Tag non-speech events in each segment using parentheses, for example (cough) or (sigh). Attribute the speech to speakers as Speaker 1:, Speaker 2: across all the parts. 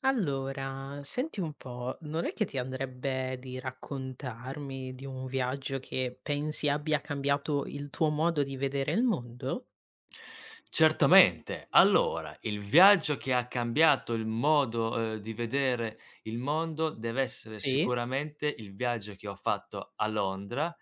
Speaker 1: Allora, senti un po', non è che ti andrebbe di raccontarmi di un viaggio che pensi abbia cambiato il tuo modo di vedere il mondo?
Speaker 2: Certamente. Allora, il viaggio che ha cambiato il modo, di vedere il mondo deve essere
Speaker 1: Sì?
Speaker 2: sicuramente il viaggio che ho fatto a Londra,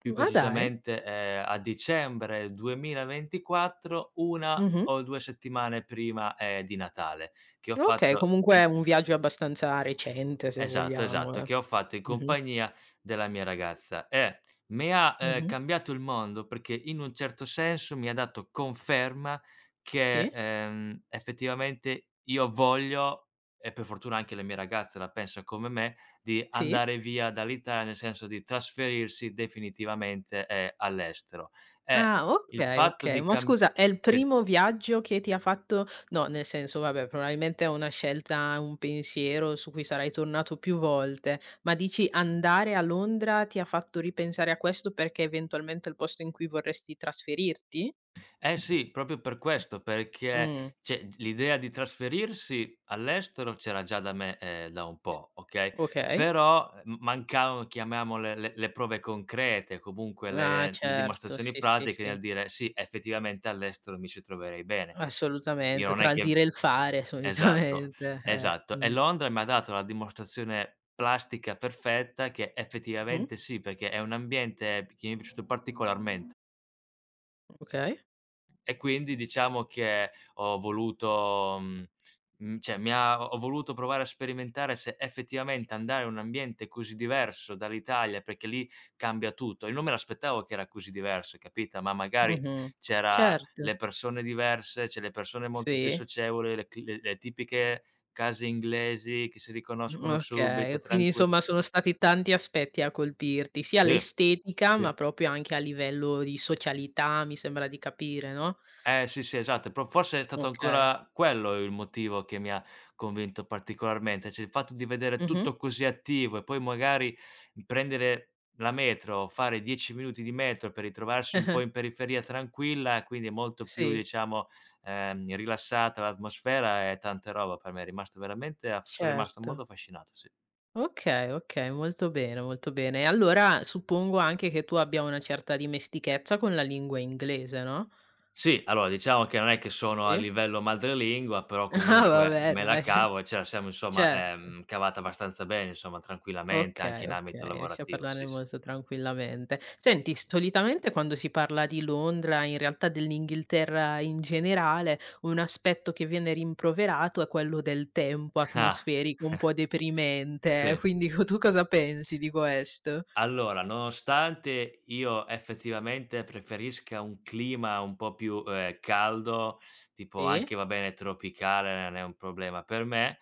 Speaker 2: più
Speaker 1: Ah dai.
Speaker 2: precisamente, a dicembre 2024, 1
Speaker 1: Mh-mh.
Speaker 2: o 2 settimane prima, di Natale, che ho
Speaker 1: Okay,
Speaker 2: fatto
Speaker 1: comunque
Speaker 2: in
Speaker 1: è un viaggio abbastanza recente se
Speaker 2: esatto,
Speaker 1: vogliamo,
Speaker 2: esatto,
Speaker 1: eh.
Speaker 2: che ho fatto in
Speaker 1: Mh-mh,
Speaker 2: compagnia della mia ragazza e mi ha,
Speaker 1: mh-mh.
Speaker 2: cambiato il mondo perché in un certo senso mi ha dato conferma
Speaker 1: Sì,
Speaker 2: che, effettivamente io voglio e per fortuna anche la mia ragazza la pensa come me, di
Speaker 1: sì.
Speaker 2: andare via dall'Italia, nel senso di trasferirsi definitivamente, all'estero. E
Speaker 1: Ah,
Speaker 2: il
Speaker 1: okay,
Speaker 2: fatto
Speaker 1: okay.
Speaker 2: di
Speaker 1: Ma
Speaker 2: cam
Speaker 1: scusa, è il
Speaker 2: sì.
Speaker 1: primo viaggio che ti ha fatto no, nel senso, vabbè, probabilmente è una scelta, un pensiero su cui sarai tornato più volte, ma dici andare a Londra ti ha fatto ripensare a questo perché eventualmente è il posto in cui vorresti trasferirti?
Speaker 2: Eh sì, proprio per questo, perché
Speaker 1: Mh,
Speaker 2: cioè l'idea di trasferirsi all'estero c'era già da me, da un po', okay,
Speaker 1: okay.
Speaker 2: però, mancavano, chiamiamole, le prove concrete, comunque
Speaker 1: Ah,
Speaker 2: le
Speaker 1: certo,
Speaker 2: dimostrazioni
Speaker 1: sì, sì,
Speaker 2: pratiche
Speaker 1: sì.
Speaker 2: nel dire: "Sì, effettivamente all'estero mi ci troverei bene". Io
Speaker 1: Assolutamente,
Speaker 2: non
Speaker 1: tra
Speaker 2: è
Speaker 1: il
Speaker 2: che
Speaker 1: dire e il fare (laughs)
Speaker 2: esatto,
Speaker 1: solitamente, eh.
Speaker 2: esatto. E
Speaker 1: Mh.
Speaker 2: Londra mi ha dato la dimostrazione plastica perfetta che
Speaker 1: Mh-mh.
Speaker 2: effettivamente sì, perché è un ambiente che mi è piaciuto particolarmente.
Speaker 1: Okay.
Speaker 2: E quindi diciamo che ho voluto cioè mi ha ho ho voluto provare a sperimentare se effettivamente andare in un ambiente così diverso dall'Italia, perché lì cambia tutto. E non me l'aspettavo che era così diverso, capita? Ma magari
Speaker 1: Mh-mh.
Speaker 2: c'era
Speaker 1: Certo,
Speaker 2: le persone diverse, cioè le persone molto più
Speaker 1: sì.
Speaker 2: socievoli, le cl le tipiche case inglesi che si riconoscono
Speaker 1: Okay.
Speaker 2: subito,
Speaker 1: Quindi
Speaker 2: tranqui
Speaker 1: insomma sono stati tanti aspetti a colpirti, sia
Speaker 2: sì,
Speaker 1: l'estetica, ma
Speaker 2: sì.
Speaker 1: proprio anche a livello di socialità, mi sembra di capire, no?
Speaker 2: Sì, sì, esatto. Pro forse è stato
Speaker 1: Okay.
Speaker 2: ancora quello il motivo che mi ha convinto particolarmente, cioè il fatto di vedere
Speaker 1: Mh-mh.
Speaker 2: tutto
Speaker 1: (laughs)
Speaker 2: così attivo e poi magari prendere la metro, fare 10 minuti di metro per ritrovarsi un po'
Speaker 1: Eh-eh.
Speaker 2: in periferia tranquilla, e quindi molto più
Speaker 1: Sì,
Speaker 2: diciamo, rilassata l'atmosfera e tante roba per me. È rimasto veramente a f sono rimasto
Speaker 1: certo.
Speaker 2: molto affascinato, sì.
Speaker 1: Okay, okay, molto bene, molto bene. E allora suppongo anche che tu abbia una certa dimestichezza con la lingua inglese, no?
Speaker 2: Sì, allora diciamo che non è che sono a
Speaker 1: Sì?
Speaker 2: livello madrelingua, però
Speaker 1: (laughs) Ah,
Speaker 2: comunque
Speaker 1: vabbè
Speaker 2: me la
Speaker 1: dai,
Speaker 2: cavo e ce la siamo insomma,
Speaker 1: certo.
Speaker 2: cavata abbastanza bene, insomma, tranquillamente anche
Speaker 1: Okay,
Speaker 2: in ambito
Speaker 1: okay, riesci a
Speaker 2: lavorativo,
Speaker 1: parlarne
Speaker 2: sì, sì.
Speaker 1: molto tranquillamente. Senti, solitamente quando si parla di Londra, in realtà dell'Inghilterra in generale, un aspetto che viene rimproverato è quello del tempo
Speaker 2: Ah.
Speaker 1: atmosferico un
Speaker 2: (laughs)
Speaker 1: po' deprimente, (laughs)
Speaker 2: Sì.
Speaker 1: quindi co tu cosa pensi di questo?
Speaker 2: Allora, nonostante io effettivamente preferisca un clima un po' più, caldo, tipo
Speaker 1: Sì,
Speaker 2: anche va bene tropicale, non è un problema per me.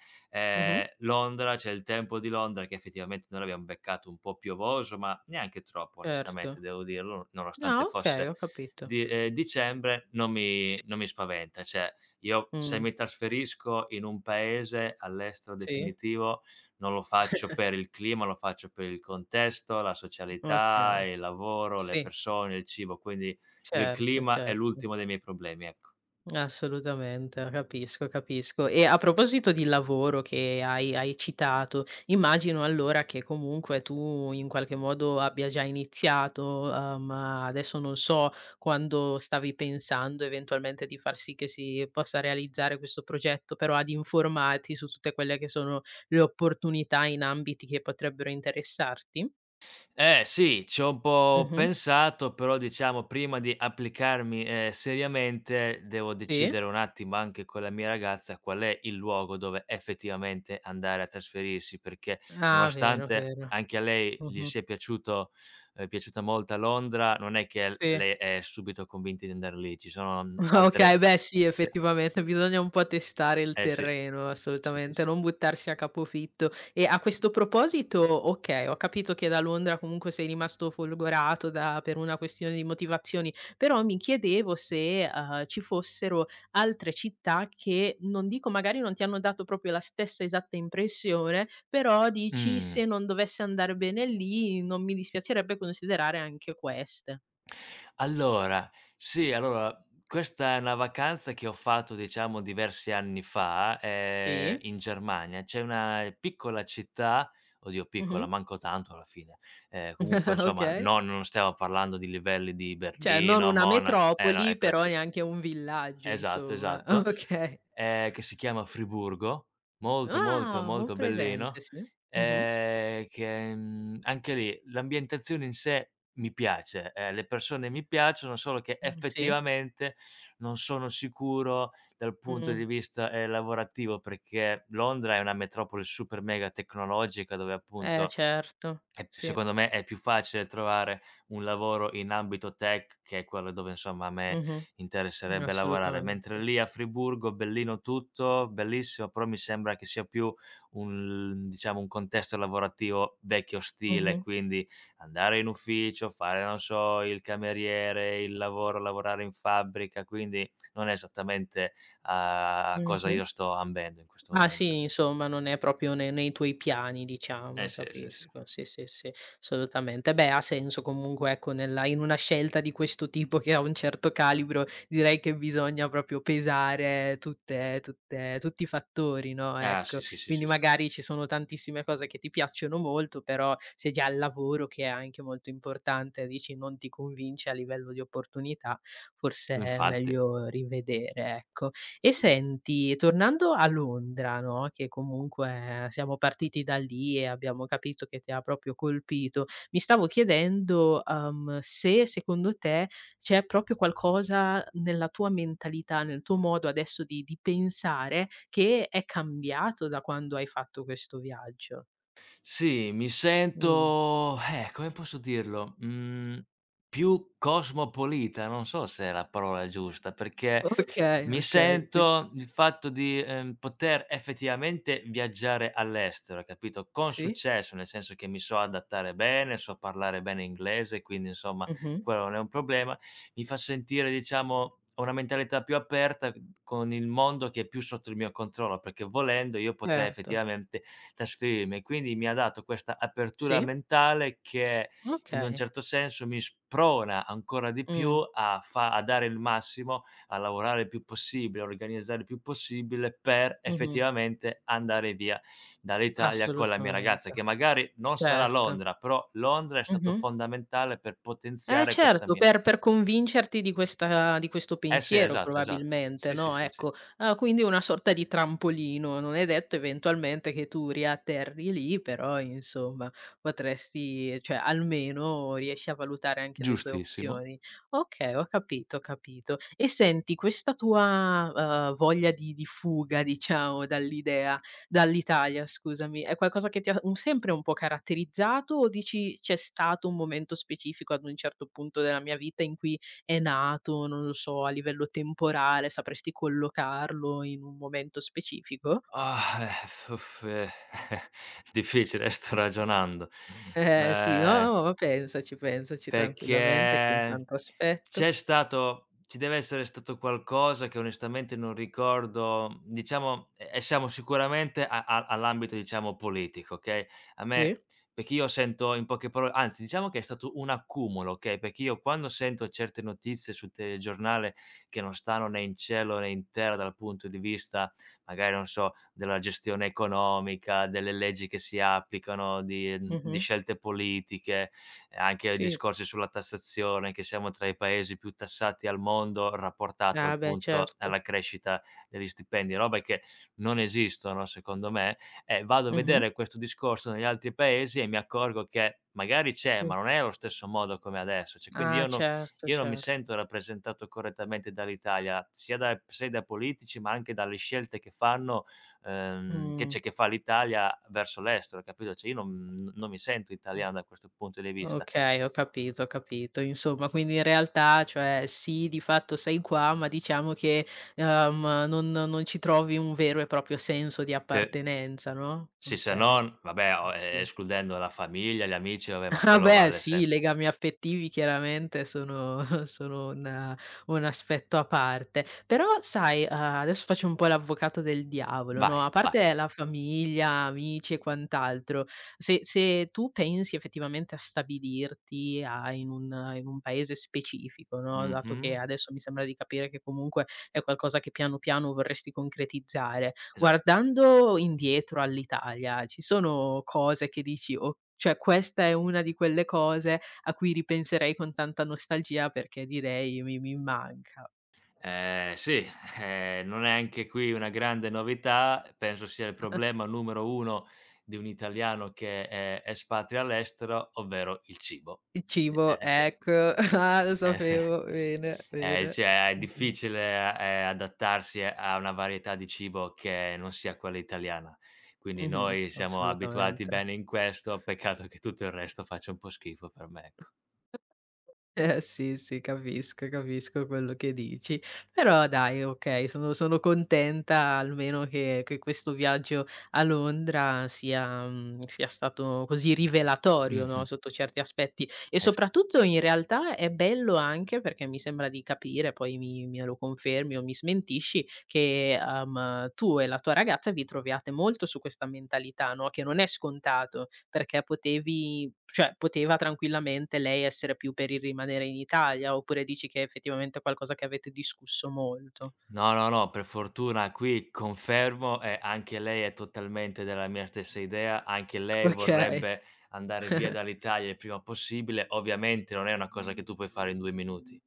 Speaker 1: mh-mh,
Speaker 2: Londra, c'è il tempo di Londra che effettivamente noi l'abbiamo beccato un po' piovoso, ma neanche troppo, onestamente
Speaker 1: certo.
Speaker 2: devo dirlo.
Speaker 1: Ah,
Speaker 2: Nonostante
Speaker 1: okay,
Speaker 2: fosse
Speaker 1: ho capito.
Speaker 2: di dicembre, non
Speaker 1: Sì.
Speaker 2: mi non mi spaventa. Cioè, io se
Speaker 1: Mh,
Speaker 2: mi trasferisco in un paese all'estero
Speaker 1: sì,
Speaker 2: definitivo non lo faccio per il clima, lo faccio per il contesto, la socialità,
Speaker 1: okay.
Speaker 2: il lavoro, le
Speaker 1: Sì,
Speaker 2: persone, il cibo, quindi il
Speaker 1: certo,
Speaker 2: clima è
Speaker 1: certo.
Speaker 2: l'ultimo dei miei problemi, ecco.
Speaker 1: Assolutamente, capisco, capisco. E a proposito di lavoro che hai citato, immagino allora che comunque tu in qualche modo abbia già iniziato, adesso non so quando stavi pensando eventualmente di far sì che si possa realizzare questo progetto, però ad informarti su tutte quelle che sono le opportunità in ambiti che potrebbero interessarti?
Speaker 2: Eh sì, ci ho un po'
Speaker 1: Mh-mh.
Speaker 2: pensato, però diciamo prima di applicarmi, seriamente devo
Speaker 1: Sì.
Speaker 2: decidere un attimo anche con la mia ragazza qual è il luogo dove effettivamente andare a trasferirsi, perché
Speaker 1: Ah, vero,
Speaker 2: nonostante
Speaker 1: vero.
Speaker 2: anche a lei gli
Speaker 1: Mh-mh.
Speaker 2: sia piaciuto piaciuta molto a Londra, non è che l
Speaker 1: Sì.
Speaker 2: lei è subito convinta di andar lì, ci sono,
Speaker 1: (laughs) Ah, okay,
Speaker 2: altre
Speaker 1: beh sì,
Speaker 2: sì,
Speaker 1: effettivamente bisogna un po' testare il
Speaker 2: eh sì,
Speaker 1: terreno,
Speaker 2: sì, sì,
Speaker 1: assolutamente,
Speaker 2: sì.
Speaker 1: non buttarsi a capofitto. E a questo proposito, okay, ho capito che da Londra comunque sei rimasto folgorato da per una questione di motivazioni, però mi chiedevo se, ci fossero altre città che, non dico magari non ti hanno dato proprio la stessa esatta impressione, però dici:
Speaker 2: Mh.
Speaker 1: "Se non dovesse andare bene lì, non mi dispiacerebbe considerare anche queste."
Speaker 2: Allora, sì, allora questa è una vacanza che ho fatto, diciamo, diversi anni fa,
Speaker 1: Sì.
Speaker 2: in Germania. C'è una piccola città, oddio
Speaker 1: (laughs)
Speaker 2: piccola,
Speaker 1: Mh-mh.
Speaker 2: manco tanto alla fine, comunque insomma
Speaker 1: Okay.
Speaker 2: no, non stiamo parlando di livelli di
Speaker 1: Cioè, non
Speaker 2: Berlino,
Speaker 1: una
Speaker 2: Mona eh no,
Speaker 1: metropoli,
Speaker 2: ecco
Speaker 1: però
Speaker 2: sì, s
Speaker 1: neanche un villaggio
Speaker 2: esatto,
Speaker 1: insomma. (laughs)
Speaker 2: esatto,
Speaker 1: Okay.
Speaker 2: che si chiama Friburgo, molto, molto,
Speaker 1: Ah, ho
Speaker 2: molto
Speaker 1: presente,
Speaker 2: bellino,
Speaker 1: sì. Mh-mh.
Speaker 2: che, anche lì l'ambientazione in sé mi piace, le persone mi piacciono, solo che
Speaker 1: Sì.
Speaker 2: effettivamente non sono sicuro dal punto
Speaker 1: Mh.
Speaker 2: di vista, lavorativo, perché Londra è una metropoli super mega tecnologica dove
Speaker 1: Eh
Speaker 2: appunto
Speaker 1: certo,
Speaker 2: e
Speaker 1: sì.
Speaker 2: secondo me è più facile trovare un lavoro in ambito tech, che è quello dove insomma a me
Speaker 1: Mh-mh.
Speaker 2: interesserebbe lavorare, mentre
Speaker 1: Assolutamente.
Speaker 2: lì a Friburgo, bellino tutto, bellissimo, però mi sembra che sia più un, diciamo, un contesto lavorativo vecchio stile,
Speaker 1: Mh-mh.
Speaker 2: quindi andare in ufficio, fare, non so, il cameriere, il lavoro, lavorare in fabbrica, quindi non è esattamente a a cosa
Speaker 1: Mh-mh.
Speaker 2: io sto ambendo in questo
Speaker 1: Ah sì,
Speaker 2: momento.
Speaker 1: insomma non è proprio ne nei tuoi piani diciamo,
Speaker 2: Eh sì, sì, sì.
Speaker 1: capisco. Sì, sì, sì, assolutamente. Beh, ha senso comunque ecco nella in una scelta di questo tipo che ha un certo calibro, direi che bisogna proprio pesare tutte tutte tutti i fattori, no,
Speaker 2: Ah
Speaker 1: ecco.
Speaker 2: sì, sì, sì,
Speaker 1: Quindi
Speaker 2: sì, sì.
Speaker 1: magari ci sono tantissime cose che ti piacciono molto, però se già il lavoro che è anche molto importante, dici non ti convince a livello di opportunità, forse è
Speaker 2: Infatti.
Speaker 1: meglio rivedere, ecco. E senti, tornando a Londra, no, che comunque siamo partiti da lì e abbiamo capito che ti ha proprio colpito, mi stavo chiedendo, se secondo te c'è proprio qualcosa nella tua mentalità, nel tuo modo adesso di pensare, che è cambiato da quando hai fatto questo viaggio.
Speaker 2: Sì, mi
Speaker 1: Mh.
Speaker 2: sento, come posso dirlo? Mhmm, più cosmopolita, non so se è la parola giusta, perché
Speaker 1: Okay,
Speaker 2: mi
Speaker 1: okay, sì.
Speaker 2: sento il fatto di, poter effettivamente viaggiare all'estero, capito, con
Speaker 1: Sì.
Speaker 2: successo, nel senso che mi so adattare bene, so parlare bene inglese, quindi insomma
Speaker 1: Mh-mh.
Speaker 2: quello non è un problema. Mi fa sentire, diciamo, ho una mentalità più aperta, con il mondo che è più sotto il mio controllo, perché volendo io potrei
Speaker 1: Certo.
Speaker 2: effettivamente trasferirmi e quindi mi ha dato questa apertura
Speaker 1: Sì.
Speaker 2: mentale che in un
Speaker 1: Okay.
Speaker 2: certo senso mi sprona ancora di più
Speaker 1: Mh.
Speaker 2: a dare il massimo, a lavorare il più possibile, a organizzare il più possibile per
Speaker 1: Mh-mh.
Speaker 2: effettivamente andare via dall'Italia con la mia ragazza,
Speaker 1: Assolutamente.
Speaker 2: che magari non sarà
Speaker 1: Certo.
Speaker 2: Londra, però Londra è stato
Speaker 1: Mh-mh.
Speaker 2: fondamentale per
Speaker 1: Eh
Speaker 2: potenziare questa
Speaker 1: certo,
Speaker 2: mia.
Speaker 1: per convincerti di questo
Speaker 2: Eh sì,
Speaker 1: pensiero
Speaker 2: esatto, esatto.
Speaker 1: probabilmente,
Speaker 2: Sì, sì,
Speaker 1: no,
Speaker 2: sì, sì.
Speaker 1: ecco. Ah, quindi una sorta di trampolino, non è detto eventualmente che tu riatterri lì, però insomma potresti cioè almeno riesci a valutare anche le tue
Speaker 2: Giustissimo.
Speaker 1: opzioni. Okay, ho capito, ho capito. E senti, questa tua, voglia di fuga diciamo dall'Italia, scusami. È qualcosa che ti ha un sempre un po' caratterizzato o dici c'è stato un momento specifico ad un certo punto della mia vita in cui è nato, non lo so, a livello temporale, sapresti collocarlo in un momento specifico?
Speaker 2: Ah, (laughs) difficile, sto ragionando.
Speaker 1: Eh sì, no,
Speaker 2: Ehm,
Speaker 1: no, ma pensaci, pensaci tranquillamente che
Speaker 2: perché
Speaker 1: intanto aspetto.
Speaker 2: C'è stato ci deve essere stato qualcosa che onestamente non ricordo, diciamo, e siamo sicuramente a a all'ambito, diciamo, politico, okay, a
Speaker 1: Sì,
Speaker 2: me perché io sento in poche paro anzi, diciamo che è stato un accumulo, okay, perché io quando sento certe notizie sul telegiornale che non stanno né in cielo né in terra dal punto di vista, magari, non so, della gestione economica, delle leggi che si applicano, di di
Speaker 1: mh-mh,
Speaker 2: scelte politiche, anche
Speaker 1: sì.
Speaker 2: discorsi sulla tassazione, che siamo tra i paesi più tassati al mondo rapportato
Speaker 1: Ah beh
Speaker 2: appunto
Speaker 1: certo.
Speaker 2: alla crescita degli stipendi, robe che non esistono secondo me. Vado a
Speaker 1: Mh-mh,
Speaker 2: vedere questo discorso negli altri paesi e mi accorgo che magari c'è, ma
Speaker 1: sì.
Speaker 2: non è allo stesso modo come adesso. Cioè, quindi
Speaker 1: Ah
Speaker 2: io non
Speaker 1: certo,
Speaker 2: io non mi
Speaker 1: certo.
Speaker 2: sento rappresentato correttamente dall'Italia, sia da politici, ma anche dalle scelte che fanno,
Speaker 1: Mh.
Speaker 2: che fa l'Italia verso l'estero, capito? Cioè io non mi sento italiano da questo punto di vista.
Speaker 1: Okay, ho capito, ho capito. Insomma, quindi in realtà, cioè sì, di fatto sei qua, ma diciamo che, non ci trovi un vero e proprio senso di
Speaker 2: Che
Speaker 1: appartenenza, no,
Speaker 2: sì, se
Speaker 1: okay.
Speaker 2: non vabbè,
Speaker 1: Oh,
Speaker 2: o e
Speaker 1: sì.
Speaker 2: escludendo la famiglia, gli amici, vabbè, ma
Speaker 1: Ah
Speaker 2: quello
Speaker 1: beh
Speaker 2: vale
Speaker 1: sì, i
Speaker 2: sempre.
Speaker 1: legami affettivi chiaramente sono (laughs) sono un aspetto a parte. Però sai, adesso faccio un po' l'avvocato del diavolo, no,
Speaker 2: Vai,
Speaker 1: a
Speaker 2: vai.
Speaker 1: parte la famiglia, amici e quant'altro, se tu pensi effettivamente a stabilirti a in un paese specifico, no, dato che
Speaker 2: Mh-mh.
Speaker 1: adesso mi sembra di capire che comunque è qualcosa che piano piano vorresti concretizzare,
Speaker 2: Esa
Speaker 1: guardando indietro all'Italia, ci sono cose che dici: "O Cioè questa è una di quelle cose a cui ripenserei con tanta nostalgia perché direi: "Mi manca."
Speaker 2: Sì, (laughs) non è anche qui una grande novità, penso sia il problema numero 1 di un italiano che è espatria all'estero, ovvero il cibo.
Speaker 1: Il
Speaker 2: E
Speaker 1: cibo,
Speaker 2: sì.
Speaker 1: ecco, (laughs) ah, lo
Speaker 2: Eh sì.
Speaker 1: sapevo, bene, bene.
Speaker 2: Cioè è
Speaker 1: Mh-mh.
Speaker 2: difficile, adattarsi a una varietà di cibo che non sia quella italiana. Quindi
Speaker 1: Mh-mh,
Speaker 2: noi siamo abituati
Speaker 1: assolutamente.
Speaker 2: bene in questo, peccato che tutto il resto faccia un po' schifo per me, ecco.
Speaker 1: Eh sì, sì, capisco, capisco quello che dici. Però dai, okay, sono contenta almeno che questo viaggio a Londra sia stato così rivelatorio, no,
Speaker 2: Mh-mh.
Speaker 1: sotto certi aspetti. E
Speaker 2: Eh sì.
Speaker 1: soprattutto in realtà è bello anche perché mi sembra di capire, poi mi me lo confermi o mi smentisci, che, tu e la tua ragazza vi troviate molto su questa mentalità, no, che non è scontato. Perché potevi cioè poteva tranquillamente lei essere più per il rimanere in Italia, oppure dici che effettivamente è effettivamente qualcosa che avete discusso molto?
Speaker 2: No, no, no, per fortuna qui confermo e anche lei è totalmente della mia stessa idea, anche lei
Speaker 1: Okay.
Speaker 2: vorrebbe andare via
Speaker 1: (laughs)
Speaker 2: dall'Italia il prima possibile. Ovviamente non è una cosa che tu puoi fare in 2 minuti.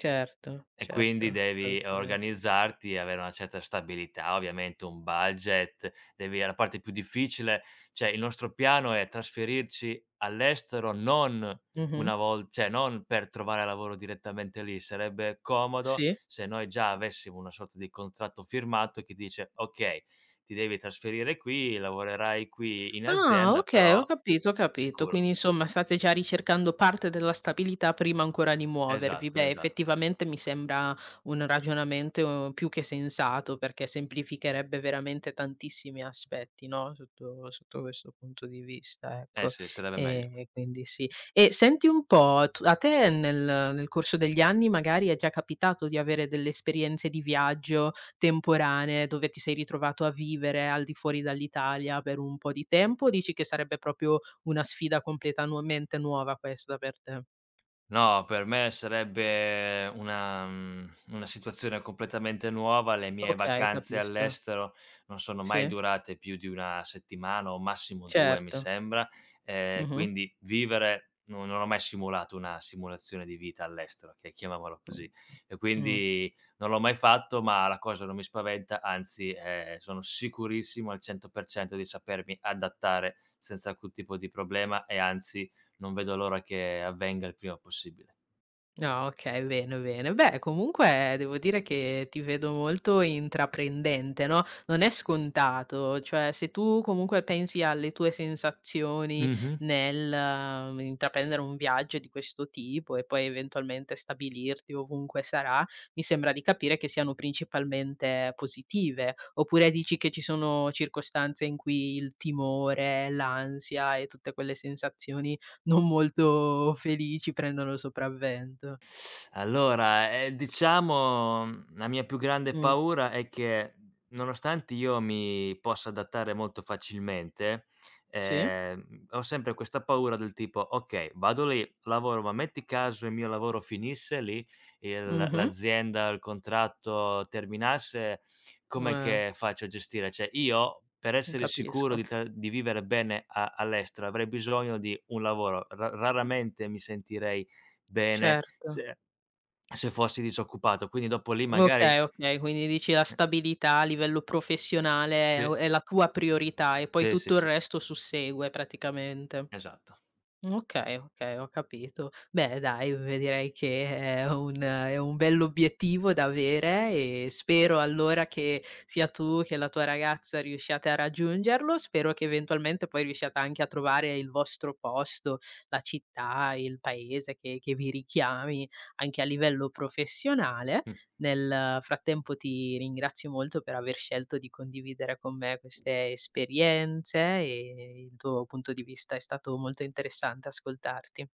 Speaker 1: Certo,
Speaker 2: E quindi
Speaker 1: certo,
Speaker 2: devi
Speaker 1: assolutamente.
Speaker 2: organizzarti e avere una certa stabilità, ovviamente un budget, devi la parte più difficile, cioè il nostro piano è trasferirci all'estero, non
Speaker 1: Mh-mh.
Speaker 2: una vol cioè non per trovare lavoro direttamente lì, sarebbe comodo
Speaker 1: Sì.
Speaker 2: se noi già avessimo una sorta di contratto firmato che dice: "Okay, ti devi trasferire qui, lavorerai qui in
Speaker 1: Ah,
Speaker 2: azienda,
Speaker 1: okay,
Speaker 2: però".
Speaker 1: ho capito, ho capito.
Speaker 2: Sicuro.
Speaker 1: Quindi insomma state già ricercando parte della stabilità prima ancora di muovervi.
Speaker 2: Esatto,
Speaker 1: Beh,
Speaker 2: esatto.
Speaker 1: effettivamente mi sembra un ragionamento più che sensato, perché semplificherebbe veramente tantissimi aspetti, no, sotto questo punto di vista,
Speaker 2: Eh
Speaker 1: ecco.
Speaker 2: sì, sarebbe meglio.
Speaker 1: Quindi sì. E senti un po', tu a te nel corso degli anni magari è già capitato di avere delle esperienze di viaggio temporanee, dove ti sei ritrovato a vivere al di fuori dall'Italia per un po' di tempo, o dici che sarebbe proprio una sfida completamente nuova questa per te?
Speaker 2: No, per me sarebbe una situazione completamente nuova. Le mie
Speaker 1: Okay,
Speaker 2: vacanze
Speaker 1: capisco.
Speaker 2: all'estero non sono mai
Speaker 1: Sì,
Speaker 2: durate più di 1 settimana o massimo 2, mi
Speaker 1: certo.
Speaker 2: sembra,
Speaker 1: Mh-mh.
Speaker 2: quindi vivere no, non ho mai simulato una simulazione di vita all'estero, che chiamiamolo così,
Speaker 1: Mh.
Speaker 2: e
Speaker 1: Mh.
Speaker 2: quindi non l'ho mai fatto, ma la cosa non mi spaventa, anzi, sono sicurissimo al 100% di sapermi adattare senza alcun tipo di problema e anzi, non vedo l'ora che avvenga il prima possibile.
Speaker 1: Ah, okay, bene, bene. Beh, comunque devo dire che ti vedo molto intraprendente, no, non è scontato, cioè se tu comunque pensi alle tue sensazioni
Speaker 2: Mh-mh.
Speaker 1: nel, intraprendere un viaggio di questo tipo e poi eventualmente stabilirti ovunque sarà, mi sembra di capire che siano principalmente positive. Oppure dici che ci sono circostanze in cui il timore, l'ansia e tutte quelle sensazioni non molto felici prendono il sopravvento.
Speaker 2: Allora, diciamo, la mia più grande
Speaker 1: Mh,
Speaker 2: paura è che, nonostante io mi possa adattare molto facilmente,
Speaker 1: sì,
Speaker 2: ho sempre questa paura del tipo: "Okay, vado lì, lavoro, ma metti caso il mio lavoro finisse lì, il
Speaker 1: mh-mh,
Speaker 2: l'azienda, il contratto terminasse, com'è
Speaker 1: eh,
Speaker 2: che faccio a gestire?" Cioè, io per essere sicuro
Speaker 1: capisco.
Speaker 2: di tra di vivere bene a all'estero avrei bisogno di un lavoro. Ra raramente mi sentirei bene,
Speaker 1: Certo.
Speaker 2: se fossi disoccupato, quindi dopo lì magari
Speaker 1: Okay, okay, quindi dici la
Speaker 2: eh,
Speaker 1: stabilità a livello professionale è u
Speaker 2: sì,
Speaker 1: è la tua priorità e poi
Speaker 2: sì, sì,
Speaker 1: tutto il
Speaker 2: sì,
Speaker 1: resto sussegue praticamente.
Speaker 2: esatto.
Speaker 1: Okay, okay, ho capito. Beh dai, v direi che è un bell'obiettivo da avere e spero allora che sia tu che la tua ragazza riusciate a raggiungerlo. Spero che eventualmente poi riusciate anche a trovare il vostro posto, la città, il paese che vi richiami anche a livello professionale.
Speaker 2: Mh.
Speaker 1: Nel frattempo ti ringrazio molto per aver scelto di condividere con me queste esperienze e il tuo punto di vista è stato molto interessante ascoltarti.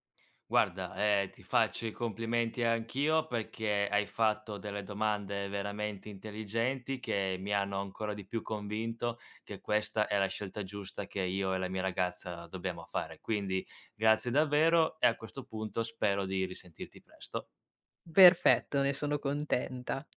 Speaker 2: Guarda, ti faccio i complimenti anch'io perché hai fatto delle domande veramente intelligenti che mi hanno ancora di più convinto che questa è la scelta giusta che io e la mia ragazza dobbiamo fare. Quindi grazie davvero e a questo punto spero di risentirti presto.
Speaker 1: Perfetto, ne sono contenta.